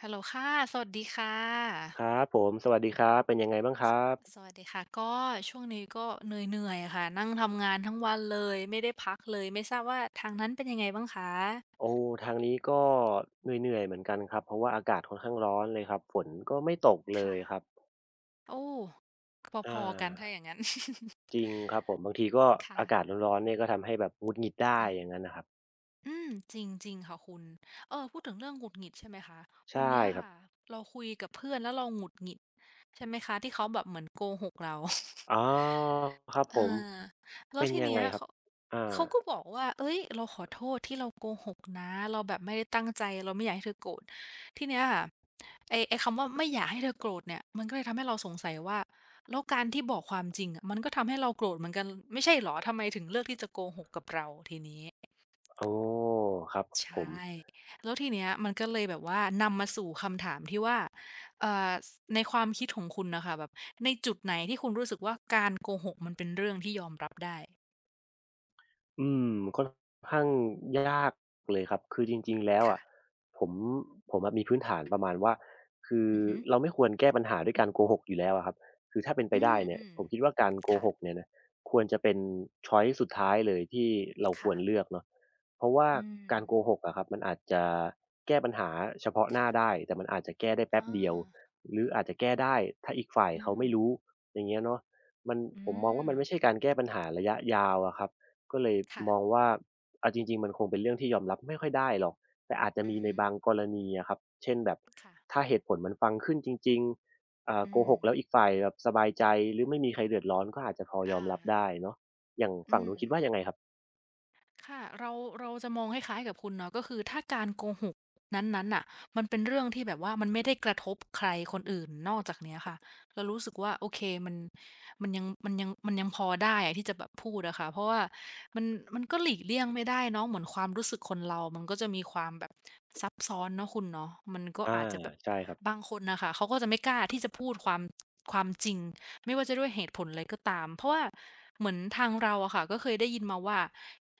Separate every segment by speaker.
Speaker 1: ฮัลโหลค่ะสวัสดีค่ะ
Speaker 2: ครับผมสวัสดีครับเป็นยังไงบ้างครับ
Speaker 1: สวัสดีค่ะก็ช่วงนี้ก็เหนื่อยๆอะค่ะนั่งทำงานทั้งวันเลยไม่ได้พักเลยไม่ทราบว่าทางนั้นเป็นยังไงบ้างคะ
Speaker 2: โอ้ทางนี้ก็เหนื่อยๆเหมือนกันครับเพราะว่าอากาศค่อนข้างร้อนเลยครับฝนก็ไม่ตกเลย
Speaker 1: ค่ะ
Speaker 2: ครับ
Speaker 1: โอ้พ
Speaker 2: อา
Speaker 1: อๆกันถ้าอย่างงั้น
Speaker 2: จริงครับผมบางทีก็อากาศ
Speaker 1: ค่ะ
Speaker 2: ร้อนๆเนี่ยก็ทำให้แบบหงุดหงิดได้
Speaker 1: อืม
Speaker 2: อย่างงั้นน่ะครับ
Speaker 1: อืมจริงๆค่ะคุณเออพูดถึงเรื่องหงุดหงิดใช่ไหมคะวั
Speaker 2: ใช่
Speaker 1: นเนี้ย
Speaker 2: ครับ
Speaker 1: ค่ะเราคุยกับเพื่อนแล้วเราหงุดหงิดใช่ไหมคะที่เขาแบบเหมือนโกหกเรา
Speaker 2: อ๋อครับ
Speaker 1: อา
Speaker 2: ผม
Speaker 1: แล้ว
Speaker 2: เป็น
Speaker 1: ที
Speaker 2: ยัง
Speaker 1: เนี้
Speaker 2: ไง
Speaker 1: ย
Speaker 2: ครับ
Speaker 1: เขา
Speaker 2: อา
Speaker 1: ก็บอกว่าเฮ้ยเราขอโทษที่เราโกหกนะเราแบบไม่ได้ตั้งใจเราไม่อยากให้เธอโกรธทีเนี้ยค่ะไอ้คำว่าไม่อยากให้เธอโกรธเนี่ยมันก็เลยทำให้เราสงสัยว่าแล้วการที่บอกความจริงอะมันก็ทำให้เราโกรธเหมือนกันไม่ใช่เหรอทำไมถึงเลือกที่จะโกหกกับเราทีนี้
Speaker 2: อ๋อครับผม
Speaker 1: ใช่แล้วทีเนี้ยมันก็เลยแบบว่านำมาสู่คำถามที่ว่าเอ่อสในความคิดของคุณน่ะค่ะแบบในจุดไหนที่คุณรู้สึกว่าการโกหกมันเป็นเรื่องที่ยอมรับได้
Speaker 2: อืมค่อนข้างยากเลยครับคือจริงๆแล้วอะ
Speaker 1: ค่ะ
Speaker 2: ผมผมอะมีพื้นฐานประมาณว่าคือ
Speaker 1: อือฮึ
Speaker 2: เราไม่ควรแก้ปัญหาด้วยการโกหกอยู่แล้วอะครับคือถ้าเป็นไป
Speaker 1: อื
Speaker 2: ได้เนี่ย
Speaker 1: ม
Speaker 2: ผมคิดว่าการโก
Speaker 1: ๆค่ะ
Speaker 2: หกเนี่ยนะควรจะเป็นช้อยซ์สุดท้ายเลยที่เราค
Speaker 1: ค่ะ
Speaker 2: วรเลือกเนาะเพราะว่า
Speaker 1: อืม
Speaker 2: การโกหกอะครับมันอาจจะแก้ปัญหาเฉพาะหน้าได้
Speaker 1: ค่ะ
Speaker 2: แต่มันอาจจะแก้ได้
Speaker 1: อ
Speaker 2: แป๊บเดียว
Speaker 1: า
Speaker 2: หรืออาจจะแก้ได้ถ้าอีกฝ่าย
Speaker 1: อื
Speaker 2: เขา
Speaker 1: ม
Speaker 2: ไม่รู้อย่างเงี้ยเนาะมัน
Speaker 1: อื
Speaker 2: ผมมองว่า
Speaker 1: ม
Speaker 2: มันไม่ใช่การแก้ปัญหาระยะยาวอะครับ ก็เลย
Speaker 1: ค่ะ
Speaker 2: มองว่าเอาจริงๆมันคงเป็นเรื่องที่ยอมรับไม่ค่อยได้หรอกแต่อาจจะ
Speaker 1: อือ
Speaker 2: มีใน
Speaker 1: ฮึ
Speaker 2: บางกรณีอะครับเช่นแบบถ้า
Speaker 1: ค่ะ
Speaker 2: เหตุผลมันฟังขึ้นจริงๆอ่า
Speaker 1: อื
Speaker 2: โก
Speaker 1: ม
Speaker 2: หกแล้วอีกฝ่ายแบบสบายใจหรือไม่มีใครเดือดร้อนก็อาจจะพอย
Speaker 1: อา
Speaker 2: อมรับได้เนาะอย่าง
Speaker 1: อื
Speaker 2: ฝั่ง
Speaker 1: ม
Speaker 2: นู้นคิดว่ายังไงครับ
Speaker 1: ค่ะเราเราจะมองคล้ายๆกับคุณเนาะก็คือถ้าการโกหกนั้นๆน่ะมันเป็นเรื่องที่แบบว่ามันไม่ได้กระทบใครคนอื่นนอกจากเนี้ยค่ะเรารู้สึกว่าโอเคมันมันยังพอได้อะที่จะแบบพูดอะค่ะเพราะว่ามันมันก็หลีกเลี่ยงไม่ได้เนาะเหมือนความรู้สึกคนเรามันก็จะมีความแบบซับซ้อนเนาะคุณเนาะมันก็
Speaker 2: อา
Speaker 1: อาจจะแบบ
Speaker 2: ใช่ครับ
Speaker 1: บางคนน่ะค่ะเขาก็จะไม่กล้าที่จะพูดความจริง ไม่ว่าจะด้วยเหตุผลอะไรก็ตาม เพราะว่าเหมือนทางเราอะค่ะก็เคยได้ยินมาว่า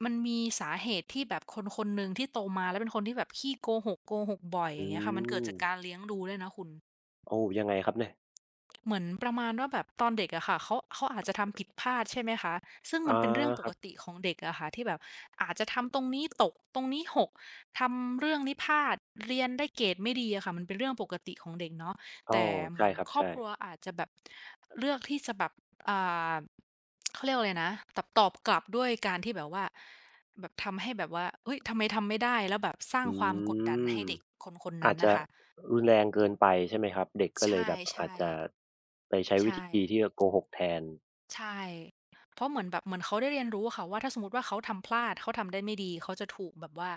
Speaker 1: มันมีสาเหตุที่แบบคนคนหนึ่งที่โตมาแล้วเป็นคนที่แบบขี้โกหกโกหกบ่อยอ
Speaker 2: อื
Speaker 1: ย่างเงี้ยค่ะมันเกิด
Speaker 2: ม
Speaker 1: จากการเลี้ยงดูด้วยนะคุณ
Speaker 2: โอ้ยังไงครับเนี่ย
Speaker 1: เหมือนประมาณว่าแบบตอนเด็กอะค่ะเขาอาจจะทำผิดพลาดใช่ไหมคะซึ่งมั
Speaker 2: อา
Speaker 1: นเป็นเรื่องป
Speaker 2: ค
Speaker 1: ก
Speaker 2: รั
Speaker 1: ติ
Speaker 2: บ
Speaker 1: ของเด็กอะค่ะที่แบบอาจจะทำตรงนี้ตกตรงนี้หกทำเรื่องนี้พลาดเรียนได้เกรดไม่ดีอะค่ะมันเป็นเรื่องปกติของเด็กเนาะ
Speaker 2: อ้อ
Speaker 1: แต่เหมื
Speaker 2: ใช่
Speaker 1: อน
Speaker 2: ครับ
Speaker 1: ครอบ
Speaker 2: ใช่
Speaker 1: ครัวอาจจะแบบเลือกที่จะแบบอ่าเขาเรียกว่าอะไรนะตอบกลับด้วยการที่แบบว่าแบบทำให้แบบว่าเฮ้ยทำไมทำไม่ได้แล้วแบบสร้าง
Speaker 2: อื
Speaker 1: ความกดดัน
Speaker 2: ม
Speaker 1: ให้เด็กคนๆน
Speaker 2: อา
Speaker 1: นั้
Speaker 2: จ
Speaker 1: นนะ
Speaker 2: จะ
Speaker 1: คะ
Speaker 2: รุนแรงเกินไปใช่ไหมครับเด็กก็
Speaker 1: ใช
Speaker 2: เลยแบบอาจ
Speaker 1: ่
Speaker 2: จะไปใช้
Speaker 1: ๆ
Speaker 2: วิ
Speaker 1: ใช่
Speaker 2: ธีที่จะโกหกแทน
Speaker 1: ใช่เพราะเหมือนแบบเหมือนเขาได้เรียนรู้อะค่ะว่าถ้าสมมุติว่าเขาทำพลาดเขาทำได้ไม่ดีเขาจะถูกแบบว่า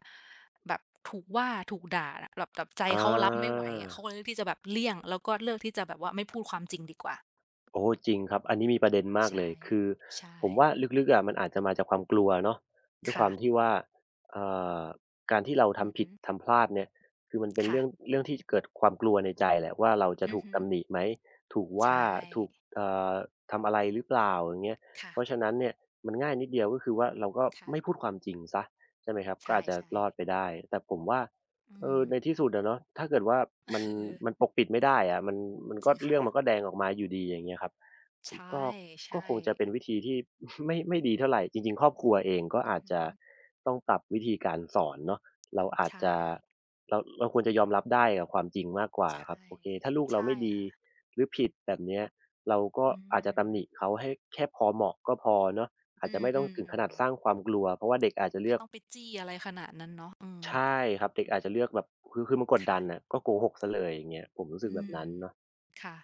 Speaker 1: แบบถูกว่าถูกด่าแบบแบบใจ
Speaker 2: อ
Speaker 1: เขารับไม่ไหว
Speaker 2: า
Speaker 1: อะเขาก็เลยเลือกที่จะแบบเลี่ยงแล้วก็เลือกที่จะแบบว่าไม่พูดความจริงดีกว่า
Speaker 2: โอ้จริงครับอันนี้มีประเด็นมากเล
Speaker 1: ใช่
Speaker 2: ยคือ
Speaker 1: ใช่
Speaker 2: ผมว่าลึกๆอะมันอาจจะมาจากความกลัวเนาะด้วยค
Speaker 1: ค่ะ
Speaker 2: วามที่ว่าเอ่อการที่เรา
Speaker 1: อือ
Speaker 2: ทำผิ
Speaker 1: ฮึ
Speaker 2: ดทำพลาดเนี่ยคือมันเป็น
Speaker 1: ค่ะ
Speaker 2: เรื่องที่เกิดความกลัวในใจแหละว่าเราจะ
Speaker 1: อือ
Speaker 2: ถูก
Speaker 1: ฮึ
Speaker 2: ตำหนิไหมถูก
Speaker 1: ใช
Speaker 2: ว่าถูก
Speaker 1: ่
Speaker 2: อทำอะไรหรือเปล่าอย่างเงี้ยเพราะ
Speaker 1: ค่ะ
Speaker 2: ฉะนั้นเนี่ยมันง่ายนิดเดียวก็คือว่าเราก็ไม่พู
Speaker 1: ค่ะ
Speaker 2: ดความจริงเสียใช่ไหมครับ
Speaker 1: ใช
Speaker 2: ก็อาจจะ
Speaker 1: ่
Speaker 2: รอด
Speaker 1: ๆ
Speaker 2: ไปได้แต่ผมว่า
Speaker 1: อื
Speaker 2: เอ
Speaker 1: ม
Speaker 2: อในที่สุดอะเนาะถ้าเกิดว่า มัน
Speaker 1: เออ
Speaker 2: มันปกปิดไม่ได้อะมันมัน
Speaker 1: จริ
Speaker 2: ก็
Speaker 1: งค่ะ
Speaker 2: เรื่องมันก็แดงออกมาอยู่ดีอย่างเงี้ยครับผม
Speaker 1: ใช่
Speaker 2: ก็
Speaker 1: ใช่
Speaker 2: คงจะเป็นวิธีที่ ไม่ไม่ดีเท่าไรจริงๆครอบครัวเองก็
Speaker 1: อือ
Speaker 2: อาจ
Speaker 1: ฮึ
Speaker 2: จะต้องปรับวิธีการสอนเนาะเราอาจ
Speaker 1: ใช่
Speaker 2: จะเราควรจะยอมรับได้กับความจริงมากกว่า
Speaker 1: ใช
Speaker 2: ครับ
Speaker 1: ่
Speaker 2: โอเคถ้าลูกเรา
Speaker 1: ใช่
Speaker 2: ไม่ดี
Speaker 1: ค่ะ
Speaker 2: หรือผิดแบบเนี้ยเราก็
Speaker 1: อื
Speaker 2: อาจจะ
Speaker 1: ม
Speaker 2: ตำหนิเขาให้แค่พอเหมาะก็พอเนาะอา
Speaker 1: อื
Speaker 2: จจะไม่ต้องถึงข
Speaker 1: ม
Speaker 2: นาดส
Speaker 1: ๆ
Speaker 2: ร้าง
Speaker 1: ๆ
Speaker 2: ความกลัวเพราะว่าเด็กอาจจะเลื
Speaker 1: ไม่
Speaker 2: อก
Speaker 1: ต้องไปจี้อะไรขนาดนั้นเนาะออม
Speaker 2: ใช่ครับเด็กอาจจะเลือกแบบคือมันกด
Speaker 1: ค่ะ
Speaker 2: ดันน่ะก็โกหกเสียเลยอย่างเงี้ยผมรู้สึก
Speaker 1: อื
Speaker 2: แบบ
Speaker 1: ม
Speaker 2: นั้นเนาะ
Speaker 1: ค่ะ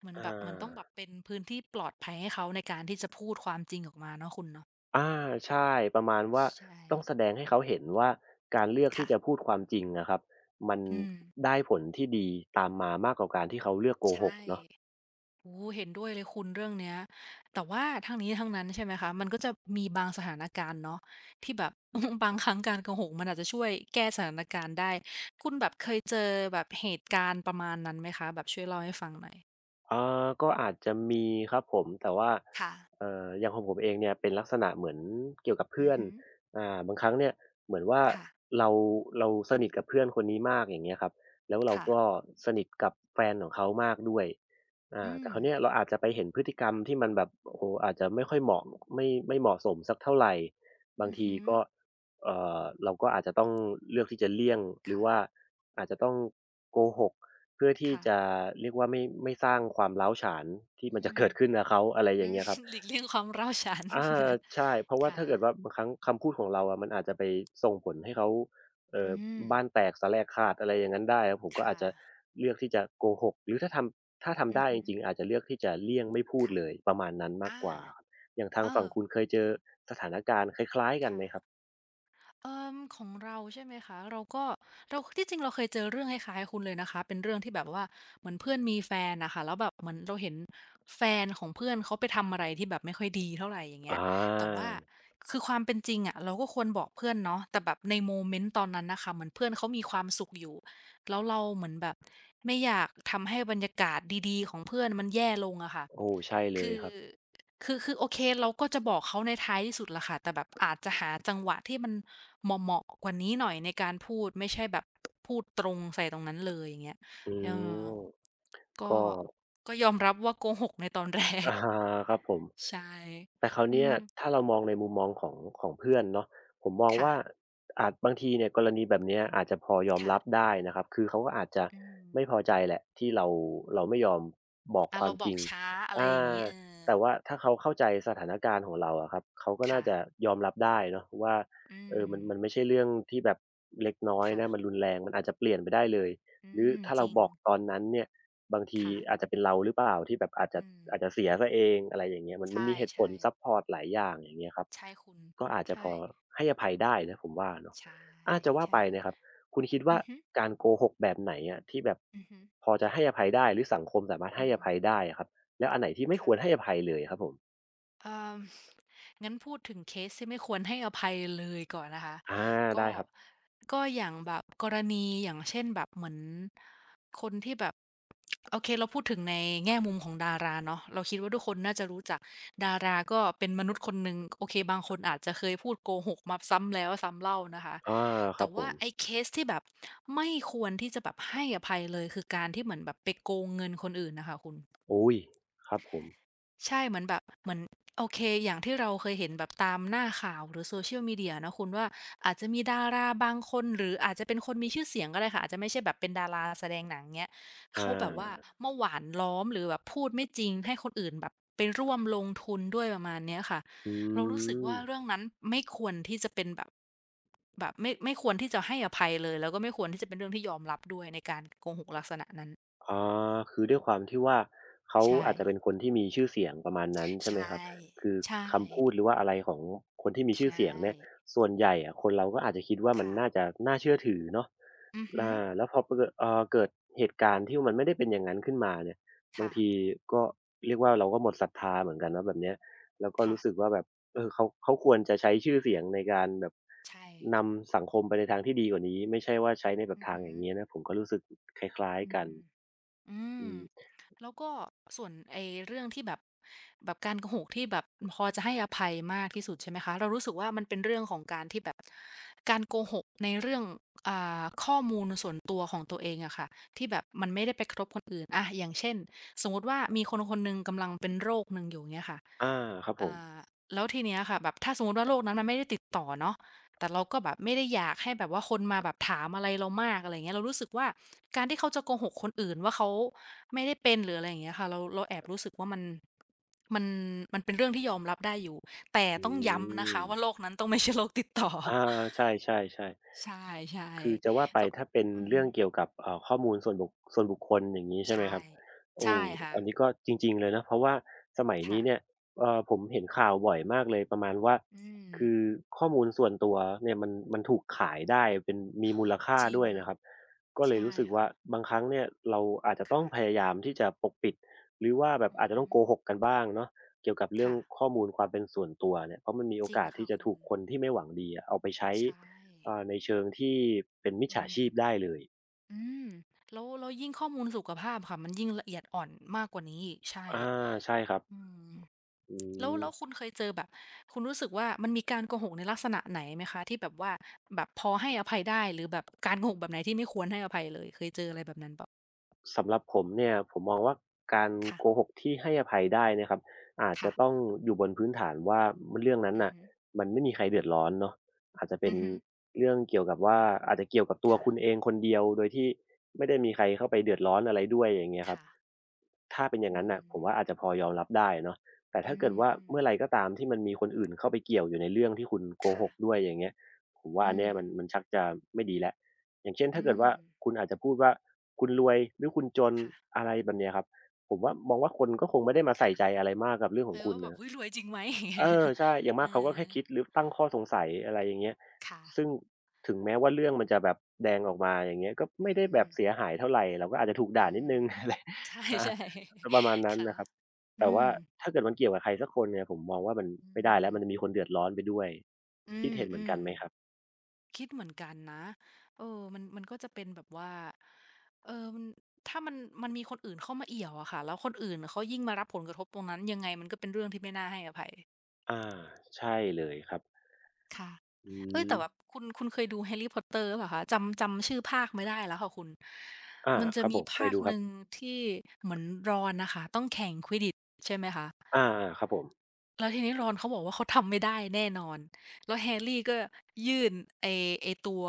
Speaker 1: เหมือน
Speaker 2: อ
Speaker 1: แบบมันต้องแบบ
Speaker 2: า
Speaker 1: เป็นพื้นที่ปลอดภัยให้เขาในการที่จะพูดความจริงออกมาเนาะคุณเนาะ
Speaker 2: อาใช่ประมาณว่า
Speaker 1: ใช่
Speaker 2: ต้องแสดงให้เขาเห็นว่าการเลือกที่จะ
Speaker 1: ค่ะ
Speaker 2: พูดความจริงอะครับมัน
Speaker 1: อืม
Speaker 2: ได้ผลที่ดีตามมามากกว่าการที่เขาเลือกโก
Speaker 1: ใช
Speaker 2: หก
Speaker 1: ่
Speaker 2: เนาะ
Speaker 1: โอ้เห็นด้วยเลยคุณเรื่องเนี้ยแต่ว่าทั้งนี้ทั้งนั้นใช่ไหมคะมันก็จะมีบางสถานการณ์เนาะที่แบบ บางครั้งการโกหกมันอาจจะช่วยแก้สถานการณ์ได้คุณแบบเคยเจอแบบเหตุการณ์ประมาณนั้นไหมคะแบบช่วยเล่าให้ฟังหน่อย
Speaker 2: เอ่ก็อาจจะมีครับผมแต่ว่า
Speaker 1: ค่ะ
Speaker 2: อย่างของผมเองเนี่ยเป็นลักษณะเหมือนเกี่ยวกับ
Speaker 1: อื
Speaker 2: เพื่
Speaker 1: อ
Speaker 2: อน
Speaker 1: ฮึ
Speaker 2: อ่าบางครั้งเนี่ยเหมือนว่า
Speaker 1: ค่ะ
Speaker 2: เราเราสนิทกับเพื่อนคนนี้มากอย่างเงี้ยครับแล้วเราก็
Speaker 1: ค่ะ
Speaker 2: สนิทกับแฟนของเขามากด้วยอ่า
Speaker 1: อื
Speaker 2: แต่
Speaker 1: ม
Speaker 2: คราวเนี้ยเราอาจจะไปเห็นพฤติกรรมที่มันแบบโอ้โฮอาจจะไม่ค่อยเหมาะไม่ไม่เหมาะสมสักเท่าไรบาง
Speaker 1: อือ
Speaker 2: ที
Speaker 1: ฮึ
Speaker 2: ก็เราก็อาจจะต้องเลือกที่จะเลี่ยงหรือว่า
Speaker 1: ค่ะ
Speaker 2: อาจจะต้องโกหก เพื่อที่จะ
Speaker 1: ค่ะ
Speaker 2: เรียกว่าไม่ไม่สร้างความร้าวฉานที่
Speaker 1: อื
Speaker 2: มันจะ
Speaker 1: ม
Speaker 2: เกิดขึ้นกับเขา อะไรอ
Speaker 1: อื
Speaker 2: ย่าง
Speaker 1: ม
Speaker 2: เงี้ยครับ
Speaker 1: หลีกเลี่ยงความร้าวฉาน
Speaker 2: อาใช่เพราะ ว่า
Speaker 1: ค่ะ
Speaker 2: ถ้าเกิดว่าบางครั้งคำพูดของเราอะมันอาจจะไปส่งผลให้เขาเอ่อ
Speaker 1: อืม
Speaker 2: บ้านแตกสาแสลกขาดอะไรอย่างนั้นได้ครับผมก็
Speaker 1: ค่ะ
Speaker 2: อาจจะเลือกที่จะโกหกหรือถ้าทำถ้าทำ
Speaker 1: อือ
Speaker 2: ได้
Speaker 1: ฮึ
Speaker 2: จริงๆอาจจะเลือกที่จะเลี่ยงไม่พูด
Speaker 1: ค่ะ
Speaker 2: เลยประมาณนั้นมาก
Speaker 1: อา
Speaker 2: กว่าอย่างทา
Speaker 1: เอ
Speaker 2: งฝั่
Speaker 1: อ
Speaker 2: งคุณเคยเจอสถานการณ์คล้ายๆกันไหมครับ
Speaker 1: ค่ะ เอ่อของเราใช่ไหมคะเราก็เราที่จริงเราเคยเจอเรื่องคล้ายๆคุณเลยนะคะเป็นเรื่องที่แบบว่าเหมือนเพื่อนมีแฟนน่ะค่ะแล้วแบบเหมือนเราเห็นแฟนของเพื่อนเขาไปทำอะไรที่แบบไม่ค่อยดีเท่าไรอย่าง
Speaker 2: อ
Speaker 1: เงี้ยแต่
Speaker 2: า
Speaker 1: ว่าคือความเป็นจริงอะเราก็ควรบอกเพื่อนเนาะแต่แบบในโมเมนต์ตอนนั้นน่ะค่ะเหมือนเพื่อนเขามีความสุขอยู่แล้วเราเหมือนแบบไม่อยากทำให้บรรยากาศดีๆของเพื่อนมันแย่ลงอะค่ะ
Speaker 2: โอ้ใช่เลย
Speaker 1: คือ
Speaker 2: ครับ
Speaker 1: คือคือโอเคเราก็จะบอกเขาในท้ายที่สุดแหละค่ะแต่แบบอาจจะหาจังหวะที่มันเหมาะๆกว่านี้หน่อยในการพูดไม่ใช่แบบพูดตรงใส่ตรงนั้นเลยอย่างเงี้ย
Speaker 2: อื
Speaker 1: เออ
Speaker 2: ม
Speaker 1: ก็
Speaker 2: ก็
Speaker 1: ก็ยอมรับว่าโกหกในตอนแรก
Speaker 2: อาครับผม
Speaker 1: ใช่
Speaker 2: แต่คราว
Speaker 1: อื
Speaker 2: เนี้ย
Speaker 1: ม
Speaker 2: ถ้าเรามองในมุมมองของเพื่อนเนาะผมมอง
Speaker 1: ค่ะ
Speaker 2: ว่าอาจบางทีเนี่ยกรณีแบบเนี้ยอาจจะพอยอมรับ
Speaker 1: ค่ะ
Speaker 2: ได้นะครับคือเขาก็อาจจะ
Speaker 1: อื
Speaker 2: ไม่พ
Speaker 1: ม
Speaker 2: อใจแหละที่เราไม่ยอมบอก
Speaker 1: อา
Speaker 2: ควา
Speaker 1: เรา
Speaker 2: ม
Speaker 1: บ
Speaker 2: จ
Speaker 1: อ
Speaker 2: ริ
Speaker 1: ก
Speaker 2: ง
Speaker 1: ช้าอะไร
Speaker 2: อา
Speaker 1: อย่างงี้เออ
Speaker 2: แต่ว่าถ้าเขาเข้าใจสถานการณ์ของเราอะครับเขาก็น่า
Speaker 1: ค่ะ
Speaker 2: จะยอมรับได้เนาะว่า
Speaker 1: อื
Speaker 2: เออมัน
Speaker 1: ม
Speaker 2: ไม่ใช่เรื่องที่แบบเล็กน้อยนะมันรุ
Speaker 1: ค่ะ
Speaker 2: นแรงมันอาจจะเปลี่ยนไปได้เลย
Speaker 1: อื
Speaker 2: หรือ
Speaker 1: ม
Speaker 2: ถ้า
Speaker 1: จ
Speaker 2: เรา
Speaker 1: ริง
Speaker 2: บอกตอนนั้นเนี่ย บางที
Speaker 1: ค่ะ
Speaker 2: อาจจะเป็นเราหรือเปล่าที่แบบ
Speaker 1: อืม
Speaker 2: อาจจะเสียซะเองอะไรอย่างเงี้ย
Speaker 1: ใช
Speaker 2: มันมีเหตุผล
Speaker 1: ่
Speaker 2: ซั
Speaker 1: ๆ
Speaker 2: ปพอร์ตหลายอย่างอย่างเงี้ยครับ
Speaker 1: ใช่คุณ
Speaker 2: ก็อาจจะพ
Speaker 1: ใช่
Speaker 2: อให้อภัยได้นะผมว่าเนาะ
Speaker 1: ใช่
Speaker 2: อาจะว่า
Speaker 1: ใช่
Speaker 2: ไป
Speaker 1: คุณ
Speaker 2: นะครับคุณคิดว่า
Speaker 1: อือฮึ
Speaker 2: การโกหกแบบไหนอะที่แบบ
Speaker 1: อือฮึ
Speaker 2: พอจะให้อภัยได้หรือสังคมสามารถ
Speaker 1: อื
Speaker 2: ให้อ
Speaker 1: ม
Speaker 2: ภัยได้อะครับแล้วอันไหนที่ไม่ควรให้อ
Speaker 1: ค่ะ
Speaker 2: ภัยเลยครับผม
Speaker 1: เอ่องั้นพูดถึงเคสที่ไม่ควรให้อภัยเลยก่อนนะคะ
Speaker 2: อา
Speaker 1: ก็
Speaker 2: ได้ครับ
Speaker 1: ก็อย่างแบบกรณีอย่างเช่นแบบเหมือนคนที่แบบโอเคเราพูดถึงในแง่มุมของดาราเนาะเราคิดว่าทุกคนน่าจะรู้จักดาราก็เป็นมนุษย์คนหนึ่งโอเคบางคนอาจจะเคยพูดโกหกมาซ้ำแล้วซ้ำเล่านะคะ
Speaker 2: อาค
Speaker 1: แต่
Speaker 2: รับผ
Speaker 1: ว่า
Speaker 2: ม
Speaker 1: ไอ้เคสที่แบบไม่ควรที่จะแบบให้อภัยเลยคือการที่เหมือนแบบไปโกงเงินคนอื่นน่ะค่ะคุณ
Speaker 2: อุ๊ยครับผม
Speaker 1: ใช่เหมือนแบบเหมือนโอเคอย่างที่เราเคยเห็นแบบตามหน้าข่าวหรือ Social Media เนาะคุณว่าอาจจะมีดาราบางคนหรืออาจจะเป็นคนมีชื่อเสียงก็ได้ค่ะอาจจะไม่ใช่แบบเป็นดาราแสดงหนังเงี้ย
Speaker 2: อ
Speaker 1: เขาแบบว่า
Speaker 2: า
Speaker 1: มาหว่านล้อมหรือแบบพูดไม่จริงให้คนอื่นแบบไปร่วมลงทุนด้วยประมาณเนี้ยค่ะ
Speaker 2: อื
Speaker 1: เรารู้สึก
Speaker 2: ม
Speaker 1: ว่าเรื่องนั้นไม่ควรที่จะเป็นแบบแบบไม่ควรที่จะให้อภัยเลยแล้วก็ไม่ควรที่จะเป็นเรื่องที่ยอมรับด้วยในการโกหกลักษณะนั้น
Speaker 2: อ๋อคือด้วยความที่ว่าเขา
Speaker 1: ใช่
Speaker 2: อาจจะเป็นคนที่มีชื่อเสียงประมาณนั้นใช่ไหม
Speaker 1: ใช่
Speaker 2: ครับคือ
Speaker 1: ใช่
Speaker 2: คำพูดหรือว่าอะไรของคนที่มีชื่อเสี
Speaker 1: ใช่
Speaker 2: ยงเนี่ยส่วนใหญ่อะคนเราก็อาจจะคิดว่ามันน่าจะ
Speaker 1: ค่ะ
Speaker 2: น่าเชื่อถือเนาะ
Speaker 1: อือฮึ
Speaker 2: อ่าแล้วพอเกิดเกิดเหตุการณ์ที่มันไม่ได้เป็นอย่างนั้นขึ้นมาเนี่ยบางที
Speaker 1: ค่ะ
Speaker 2: ก็เรียกว่าเราก็หมดศรัทธาเหมือนกันเนาะแบบเนี้ยแล้วก็รู้สึก
Speaker 1: ค่ะ
Speaker 2: ว่าแบบเออเขาควรจะใช้ชื่อเสียงในการแบบ
Speaker 1: ใช่
Speaker 2: นำสังคมไปในทางที่ดีกว่านี้ไม่ใช่ว่าใช้ในแบบ
Speaker 1: อือ
Speaker 2: ทาง
Speaker 1: ฮึ
Speaker 2: อย่างงี้นะผมก็รู้สึกคล้าย
Speaker 1: อื
Speaker 2: ๆกัน
Speaker 1: มอื
Speaker 2: อื
Speaker 1: ม
Speaker 2: ม
Speaker 1: แล้วก็ส่วนไอ้เรื่องที่แบบแบบการโกหกที่แบบพอจะให้อภัยมากที่สุดใช่ไหมคะเรารู้สึกว่ามันเป็นเรื่องของการที่แบบการโกหกในเรื่องอ่าข้อมูลส่วนตัวของตัวเองอะค่ะที่แบบมันไม่ได้ไปกระทบคนอื่นอะอย่างเช่นสมมุติว่ามีคนคนหนึ่งกำลังเป็นโรคหนึ่งอยู่เงี้ยค่ะ
Speaker 2: อาครับผ
Speaker 1: อ่า
Speaker 2: ม
Speaker 1: แล้วทีเนี้ยค่ะแบบถ้าสมมุติว่าโรคนั้นมันไม่ได้ติดต่อเนาะแต่เราก็แบบไม่ได้อยากให้แบบว่าคนมาแบบถามอะไรเรามากอะไรอย่างเงี้ยเรารู้สึกว่าการที่เขาจะโกหกคนอื่นว่าเขาไม่ได้เป็นหรืออะไรอย่างเงี้ยค่ะเราเราแอบรู้สึกว่ามันมันเป็นเรื่องที่ยอมรับได้อยู่แต่
Speaker 2: อื
Speaker 1: ต้องย้ำนะ
Speaker 2: ม
Speaker 1: คะว่าโรคนั้นต้องไม่ใช่โรคติดต่อ
Speaker 2: อาใช่ๆๆใช่
Speaker 1: ใช่
Speaker 2: คือจะว่าไป
Speaker 1: ๆส
Speaker 2: ถ้าเป็น
Speaker 1: อือฮึ
Speaker 2: เรื่องเกี่ยวกับข้อมูลส่วนบุคคลอย่างงี้ใช่ไหม
Speaker 1: ใช่
Speaker 2: ครับโอ้
Speaker 1: ใช่ค่ะ
Speaker 2: อันนี้ก็จริงๆเลยนะเพราะว่าสมัยนี้เนี่ย
Speaker 1: ค่ะ
Speaker 2: ผมเห็นข่าวบ่อยมากเลยประมาณว่า
Speaker 1: อื
Speaker 2: คือ
Speaker 1: ม
Speaker 2: ข้อมูลส่วนตัวเนี่ยมันถูกขายได้เป็นมีมูลค่า
Speaker 1: จริง
Speaker 2: ด้วยนะครับก็เลย
Speaker 1: ใช่
Speaker 2: รู้สึก
Speaker 1: ค่ะ
Speaker 2: ว่าบางครั้งเนี่ยเราอาจจะต้อ
Speaker 1: ค่ะ
Speaker 2: งพยายามที่จะปกปิดหรือว่าแบบ
Speaker 1: อือ
Speaker 2: อาจจะ
Speaker 1: ฮึ
Speaker 2: ต้องโกหกกันบ้างเนาะเกี่ยวกับเรื่อง
Speaker 1: ค่ะ
Speaker 2: ข้อมูลความเป็นส่วนตัวเนี่ยเพราะมันมีโอ
Speaker 1: จริง
Speaker 2: กาส
Speaker 1: ค่ะ
Speaker 2: ที่จะ
Speaker 1: คุณ
Speaker 2: ถูกคนที่ไม่หวังดีอะเอาไปใช้
Speaker 1: ใช่
Speaker 2: อ่าในเชิงที่เป็นมิจ
Speaker 1: อื
Speaker 2: ฉา
Speaker 1: ม
Speaker 2: ชีพได้เลย
Speaker 1: อืมแล้วแล้วยิ่งข้อมูลสุขภาพค่ะมันยิ่งละเอียดอ่อนมากกว่านี้อีกใช่
Speaker 2: อาใช่ครับ
Speaker 1: อืม
Speaker 2: อื
Speaker 1: แล้ว
Speaker 2: ม
Speaker 1: แล้วคุณเคยเจอแบบคุณรู้สึกว่ามันมีการโกหกในลักษณะไหนไหมคะที่แบบว่าแบบพอให้อภัยได้หรือแบบการโกหกแบบไหนที่ไม่ควรให้อภัยเลยเคยเจออะไรแบบนั้นเปล่า
Speaker 2: สำหรับผมเนี่ยผมมองว่าการโกห
Speaker 1: ค่ะ
Speaker 2: กที่ให้อภัยได้นะครับอาจ
Speaker 1: ค่ะ
Speaker 2: จะต้องอยู่บนพื้นฐานว่าเรื่องนั้น
Speaker 1: อือ
Speaker 2: น่ะ
Speaker 1: ฮึ
Speaker 2: มันไม่มีใครเดือดร้อนเนาะอาจจะเป็
Speaker 1: อื
Speaker 2: น
Speaker 1: อฮึ
Speaker 2: เรื่องเกี่ยวกับว่าอาจจะเกี่ยวกับตัว
Speaker 1: ค่ะ
Speaker 2: คุณเองคนเดียวโดยที่ไม่ได้มีใครเข้าไปเดือดร้อนอะไรด้วยอย่างเงี้ยครับ
Speaker 1: ค่ะ
Speaker 2: ถ้าเป็นอย่าง
Speaker 1: อื
Speaker 2: นั้นน่ะ
Speaker 1: ม
Speaker 2: ผมว่าอาจจะพอยอมรับได้เนาะแต่
Speaker 1: อื
Speaker 2: ถ้าเกิด
Speaker 1: ม
Speaker 2: ว่าเมื่อไรก็ตามที่มันมีคนอื่นเข้าไปเกี่ยวอยู่ในเรื่องที่คุณโก
Speaker 1: ๆค่ะ
Speaker 2: หกด้วยอย่างเงี้ยผมว่าอั
Speaker 1: อื
Speaker 2: นเนี้
Speaker 1: ม
Speaker 2: ยมันชักจะไม่ดีแล้ว อย่างเช่นถ้า
Speaker 1: อื
Speaker 2: เกิด
Speaker 1: ม
Speaker 2: ว่าคุณอาจจะพูดว่าคุณรวยหรือคุณจน
Speaker 1: ค่ะ
Speaker 2: อะไรแบบเนี้ยครับผมว่ามองว่าคนก็คงไม่ได้มาใส่
Speaker 1: ค่ะ
Speaker 2: ใจอะไรมากกับเรื่องข
Speaker 1: เอ
Speaker 2: อง
Speaker 1: อ
Speaker 2: คุณ
Speaker 1: ว่าแบบ
Speaker 2: นะ
Speaker 1: เฮ้ยรวยจริงไหมอย่างเงี้
Speaker 2: เอ
Speaker 1: ย
Speaker 2: อใช่อย่าง
Speaker 1: เอ
Speaker 2: มากเขาก็
Speaker 1: อ
Speaker 2: แค่คิดหรือตั้งข้อสงสัยอะไรอย่างเงี้ยซึ่ง
Speaker 1: ค่ะ
Speaker 2: ถึงแม้ว่าเรื่องมันจะแบบแดงออกมาอย่างเงี้ยก็
Speaker 1: อื
Speaker 2: ไม่ได้แบ
Speaker 1: ม
Speaker 2: บเสียหายเท่าไรเราก็อาจจะถูก
Speaker 1: อื
Speaker 2: ด่านิด
Speaker 1: ม
Speaker 2: หนึ่ง อะไร
Speaker 1: ใช่
Speaker 2: อา
Speaker 1: ใช่
Speaker 2: ประมาณนั้น
Speaker 1: ค่ะ
Speaker 2: นะครับ
Speaker 1: อื
Speaker 2: แต่
Speaker 1: ม
Speaker 2: ว่าถ้าเกิดมันเกี่ยวกับใครสักคนเนี่ยผมมองว่ามัน
Speaker 1: อื
Speaker 2: ไม่ได้
Speaker 1: ม
Speaker 2: แล้วมันจะมีคนเดือดร้อนไปด้วย
Speaker 1: อื
Speaker 2: คิดเห็นเหมือนกัน
Speaker 1: ม
Speaker 2: ไหมครับ
Speaker 1: ๆคิดเหมือนกันนะเออมันมันก็จะเป็นแบบว่าเออมันถ้ามันมันมีคนอื่นเข้ามาเอี่ยวอะค่ะ แล้วคนอื่นเขายิ่งมารับผลกระทบตรงนั้นยังไงมันก็เป็นเรื่องที่ไม่น่าให้อภัย
Speaker 2: อาใช่เลยครับ
Speaker 1: ค่ะ
Speaker 2: อื
Speaker 1: เฮ้ย
Speaker 2: ม
Speaker 1: แต่แบบคุณคุณเคยดู Harry Potter หรือเปล่าคะจำจำชื่อภาคไม่ได้แล้วค่ะคุณ
Speaker 2: อา
Speaker 1: มันจะ
Speaker 2: ครับผ
Speaker 1: มี
Speaker 2: มเคย
Speaker 1: ภาค
Speaker 2: ดูค
Speaker 1: ห
Speaker 2: รับ
Speaker 1: นึ่งที่เหมือน Ron น่ะค่ะต้องแข่ง Quidditch ใช่ไหมคะ
Speaker 2: อาๆครับผม
Speaker 1: แล้วทีนี้ Ron เขาบอกว่าเขาทำไม่ได้แน่นอนแล้ว Harry ก็ยื่นไอ้ไอ้ตัว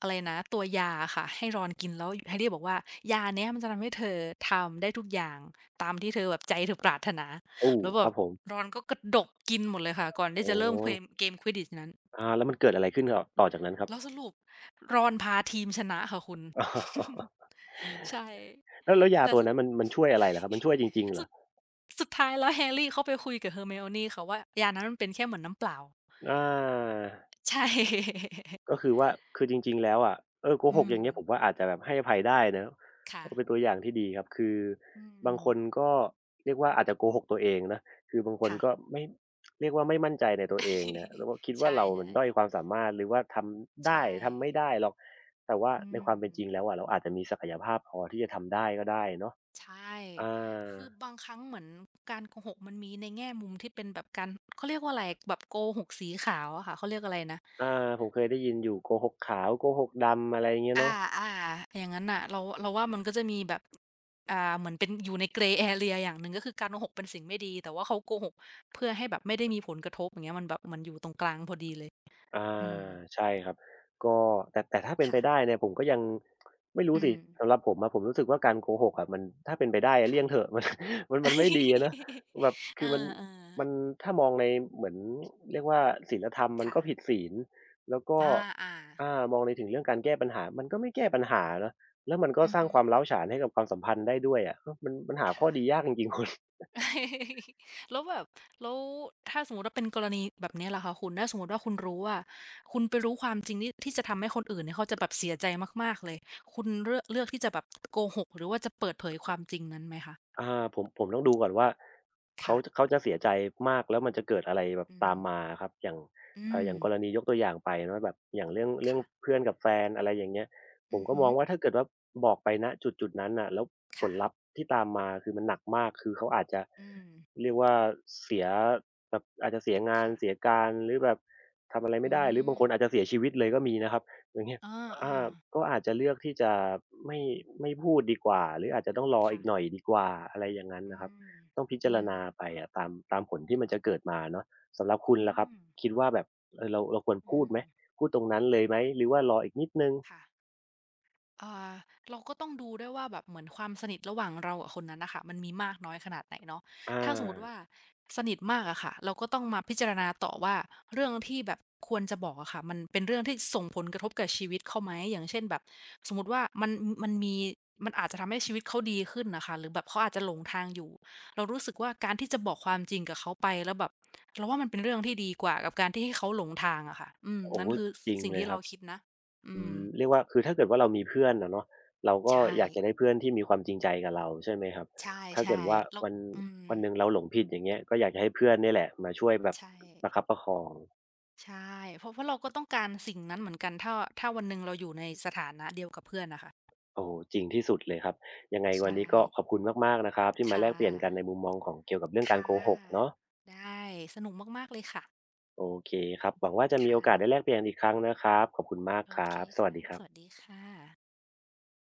Speaker 1: อะไรนะตัวยาอะค่ะให้ Ron กินแล้ว Harry บอกว่ายาเนี้ยมันจะทำให้เธอทำได้ทุกอย่างตามที่เธอแบบใจเธอปรารถนา
Speaker 2: โอู้
Speaker 1: แล้วแบ
Speaker 2: ค
Speaker 1: บ
Speaker 2: รับผม
Speaker 1: Ron ก็กระดกกินหมดเลยค่ะก่อน
Speaker 2: อ๋
Speaker 1: ที่จะ
Speaker 2: อ
Speaker 1: เริ่มเควมเกม Quidditch นั้น
Speaker 2: อาแล้วมันเกิดอะไรขึ้นกับต่อจากนั้นครับ
Speaker 1: แล้วสรุปรอนพาทีมชนะค่ะคุณ
Speaker 2: อ๋อ
Speaker 1: ใช่
Speaker 2: แล้วยา
Speaker 1: แต่
Speaker 2: ตัว
Speaker 1: สุด
Speaker 2: นั้นมันช่วยอะไรเหรอครับมันช่วยจริงๆ เหร
Speaker 1: สุ
Speaker 2: อ
Speaker 1: ดสุดท้ายแล้ว h a r ี y เขาไปคุยกับ Hermione ค่ะว่ายานั้นมันเป็นแค่เหมือนน้ำเปล่า
Speaker 2: อา
Speaker 1: ใช่
Speaker 2: ก็คือว่าคือจริงๆแล้วอะเออโก ห
Speaker 1: อื
Speaker 2: กอ
Speaker 1: ม
Speaker 2: ย่างเงี้ยผมว่าอาจจะแบบให้อภัยได้นะก็เป็นตัว
Speaker 1: ค่ะ
Speaker 2: อย่างที่ดีครับคือ
Speaker 1: อื
Speaker 2: บางคน
Speaker 1: ม
Speaker 2: ก็เรียกว่าอาจจะโกหกตัวเองนะคือบางคน
Speaker 1: ค่ะ
Speaker 2: ก็ไม่เรียกว่าไม่มั่นใจในตัวเองนะแล้วก็คิด ว่า
Speaker 1: ใช่
Speaker 2: เรา
Speaker 1: ใช่
Speaker 2: มันด้อยความสามารถหรือว่าทำได้
Speaker 1: ใช่
Speaker 2: ทำไม่ได้หรอกแต่ว่า
Speaker 1: อื
Speaker 2: ในค
Speaker 1: ม
Speaker 2: วามเป็นจริงแล้วอะเราอาจจะมีศักยภาพพอที่จะทำได้ก็ได้เนาะ
Speaker 1: ใช่
Speaker 2: อา
Speaker 1: คือบางครั้งเหมือนการโกหกมันมีในแง่มุมที่เป็นแบบการเขาเรียกว่าอะไรแบบโกหกสีขาวอะค่ะเขาเรียกอะไรนะ
Speaker 2: อาผมเคยได้ยินอยู่โกหกขาวโกหกดำอะไรอย่างเงี้ยเนาะ
Speaker 1: อาๆอย่างงั้นน่ะเราเราว่ามันก็จะมีแบบอ่าเหมือนเป็นอยู่ใน g r e y Area อย่างหนึ่งก็คือการโกหกเป็นสิ่งไม่ดีแต่ว่าเขาโกหกเพื่อให้แบบไม่ได้มีผลกระทบอย่างเงี้ยมันแบบมันอยู่ตรงกลางพอดีเลย
Speaker 2: อ
Speaker 1: อืม
Speaker 2: าใช่ครับก็แต่ถ้าเป็นไปได้
Speaker 1: ค่ะ
Speaker 2: เนี่ยผมก็ยังไม่รู้
Speaker 1: อื
Speaker 2: สิ
Speaker 1: ม
Speaker 2: สำหรับผมอะผมรู้สึกว่าการโกหกอะมันถ้าเป็นไปได้อะ
Speaker 1: ค่ะ
Speaker 2: เลี่ยงเถอะ มันไม่ดีอะนะ แบบ
Speaker 1: เอ
Speaker 2: คื
Speaker 1: อ
Speaker 2: อมัน
Speaker 1: ๆ
Speaker 2: ถ้ามองในเหมือนเรียกว่าศีลธรรมมัน
Speaker 1: ค่ะ
Speaker 2: ก็ผิดศีลแล้วก็
Speaker 1: อาๆ
Speaker 2: อามองในถึงเรื่องการแก้ปัญหามันก็ไม่แก้ปัญหานะแล้วมันก็
Speaker 1: อือ
Speaker 2: สร้าง
Speaker 1: ฮึ
Speaker 2: ความร้าวฉานให้กับความสัมพันธ์ได้ด้วยอะเออมันหาข้อ
Speaker 1: ค่ะ
Speaker 2: ดียากจริงๆคุณ
Speaker 1: แล้วแบบแล้วถ้าสมมติว่าเป็นกรณีแบบเนี้ยล่ะคะคุณถ้าสมมติว่าคุณรู้ว่าคุณไปรู้ความจริงที่ที่จะทำให้คนอื่นเนี่ยเขาจะแบบเสียใจมากๆเลยคุณเลือกเลือกที่จะแบบโกหกหรือว่าจะเปิดเผยความจริงนั้นไหมคะ
Speaker 2: อ่าผมต้องดูก่อนว่าเขา
Speaker 1: ค่ะ
Speaker 2: เขาจะเสียใจมากแล้วมันจะเกิดอะไรแบบ
Speaker 1: อื
Speaker 2: ตา
Speaker 1: ม
Speaker 2: มมาครับอย่าง
Speaker 1: อืม
Speaker 2: อย่างกรณียกตัวอย่างไปเนาะแบบอย่างเรื่อง
Speaker 1: ค่ะ
Speaker 2: เพื่อนกับแฟนอะไรอย่างเงี้ยผ
Speaker 1: อื
Speaker 2: ม
Speaker 1: อ
Speaker 2: ก็
Speaker 1: หื
Speaker 2: ม
Speaker 1: อ
Speaker 2: องว่าถ้าเกิดว่าบอกไปณจุดๆนั้นน่ะแล้วผลลัพธ์
Speaker 1: ค่ะ
Speaker 2: ที่ตามมาคือมันหนักมากคือเขาอาจจะ
Speaker 1: อืม
Speaker 2: เรียกว่าเสียแบบอาจจะเสียงานเสีย
Speaker 1: ค่ะ
Speaker 2: การหรือแบบำอะไรไม่
Speaker 1: อื
Speaker 2: ได้หรือบา
Speaker 1: ม
Speaker 2: งคนอาจจะเสียชีวิตเลยก็มีนะครับอย่างเงี้ย
Speaker 1: อ่าอ่า
Speaker 2: อ่าก็อาจจะเลือกที่จะไม่ไม่พูดดีกว่าหรืออาจจะต้องรออี
Speaker 1: ค่ะ
Speaker 2: กหน่อยดีกว่าอะไรอย่างงั้น
Speaker 1: อื
Speaker 2: นะครับ
Speaker 1: ม
Speaker 2: ต้องพิจาร
Speaker 1: อืม
Speaker 2: ณาไปอะตามผลที่มันจะเกิดมาเนาะสำหรับคุณ
Speaker 1: อื
Speaker 2: ล่ะครับ
Speaker 1: ม
Speaker 2: คิดว่าแบบเออเราควร
Speaker 1: อื
Speaker 2: พูดไห
Speaker 1: ม
Speaker 2: มพูดตรงนั้นเลยไหมหรือว่ารออีกนิดหนึ่ง
Speaker 1: ค่ะ อ่าเราก็ต้องดูด้วยว่าแบบเหมือนความสนิทระหว่างเรากับคนนั้นนะคะมันมีมากน้อยขนาดไหนเนาะ
Speaker 2: อา
Speaker 1: ถ้าสมมติว่าสนิทมากอะค่ะเราก็ต้องมาพิจารณาต่อว่าเรื่องที่แบบควรจะบอกอะค่ะมันเป็นเรื่องที่ส่งผลกระทบกับชีวิตเขาไหมอย่างเช่นแบบสมมติว่ามันมีมันอาจจะทำให้ชีวิตเขาดีขึ้นนะค่ะหรือแบบเขาอาจจะหลงทางอยู่เรารู้สึกว่าการที่จะบอกความจริงกับเขาไปแล้วแบบเราว่ามันเป็นเรื่องที่ดีกว่ากับการที่ให้เขาหลงทางอะค่ะอืม
Speaker 2: โอ้
Speaker 1: นั่
Speaker 2: โฮ
Speaker 1: นคือส
Speaker 2: จริง
Speaker 1: สิ่ง
Speaker 2: เลย
Speaker 1: ที่
Speaker 2: ค
Speaker 1: เรา
Speaker 2: รับ
Speaker 1: คิดนะอื
Speaker 2: อื
Speaker 1: ม
Speaker 2: มเรียกว่าคือถ้าเกิดว่าเรามีเพื่อนอะเนาะเรา
Speaker 1: ใช
Speaker 2: ก็
Speaker 1: ่
Speaker 2: อยากจะได้เพื่อนที่มีความจริงใจกับเราใช่ไหมครับ
Speaker 1: ใช
Speaker 2: ถ้าเกิ
Speaker 1: ่
Speaker 2: ดว่า
Speaker 1: ๆเรา
Speaker 2: วัน
Speaker 1: อืม
Speaker 2: วันหนึ่งเราหลงผิดอย่างเงี้ยก็อยากจะให้เพื่อนเนี่ยแหละมาช่วยแบบ
Speaker 1: ใช่
Speaker 2: ประคับประคอง
Speaker 1: ใช่เพราะเพราะเราก็ต้องการสิ่งนั้นเหมือนกันถ้าถ้าวันหนึ่งเราอยู่ในสถานะเดียวกับเพื่อนน่ะค่ะ
Speaker 2: โอ้โฮจริงที่สุดเลยครับยังไงวัน
Speaker 1: ใช่
Speaker 2: นี้ก็ขอบคุณมากๆนะครับที่มาแล
Speaker 1: ค่ะ
Speaker 2: กเปลี่ยนกันในมุมมองของเกี่ยวกับเรื่องการ
Speaker 1: ค่ะ
Speaker 2: โกหกเนาะ
Speaker 1: ได้สนุกมากๆเลยค่ะ
Speaker 2: โอเคครับหวังว่าจะมีโอ
Speaker 1: ค่ะ
Speaker 2: กาสได้แลกเปลี่ยนอีกครั้งนะครับขอบคุณมาก
Speaker 1: โอ
Speaker 2: ครั
Speaker 1: เค
Speaker 2: บสวัส
Speaker 1: ค่ะ
Speaker 2: ดีค
Speaker 1: ส
Speaker 2: รับ
Speaker 1: วัสดีค่ะ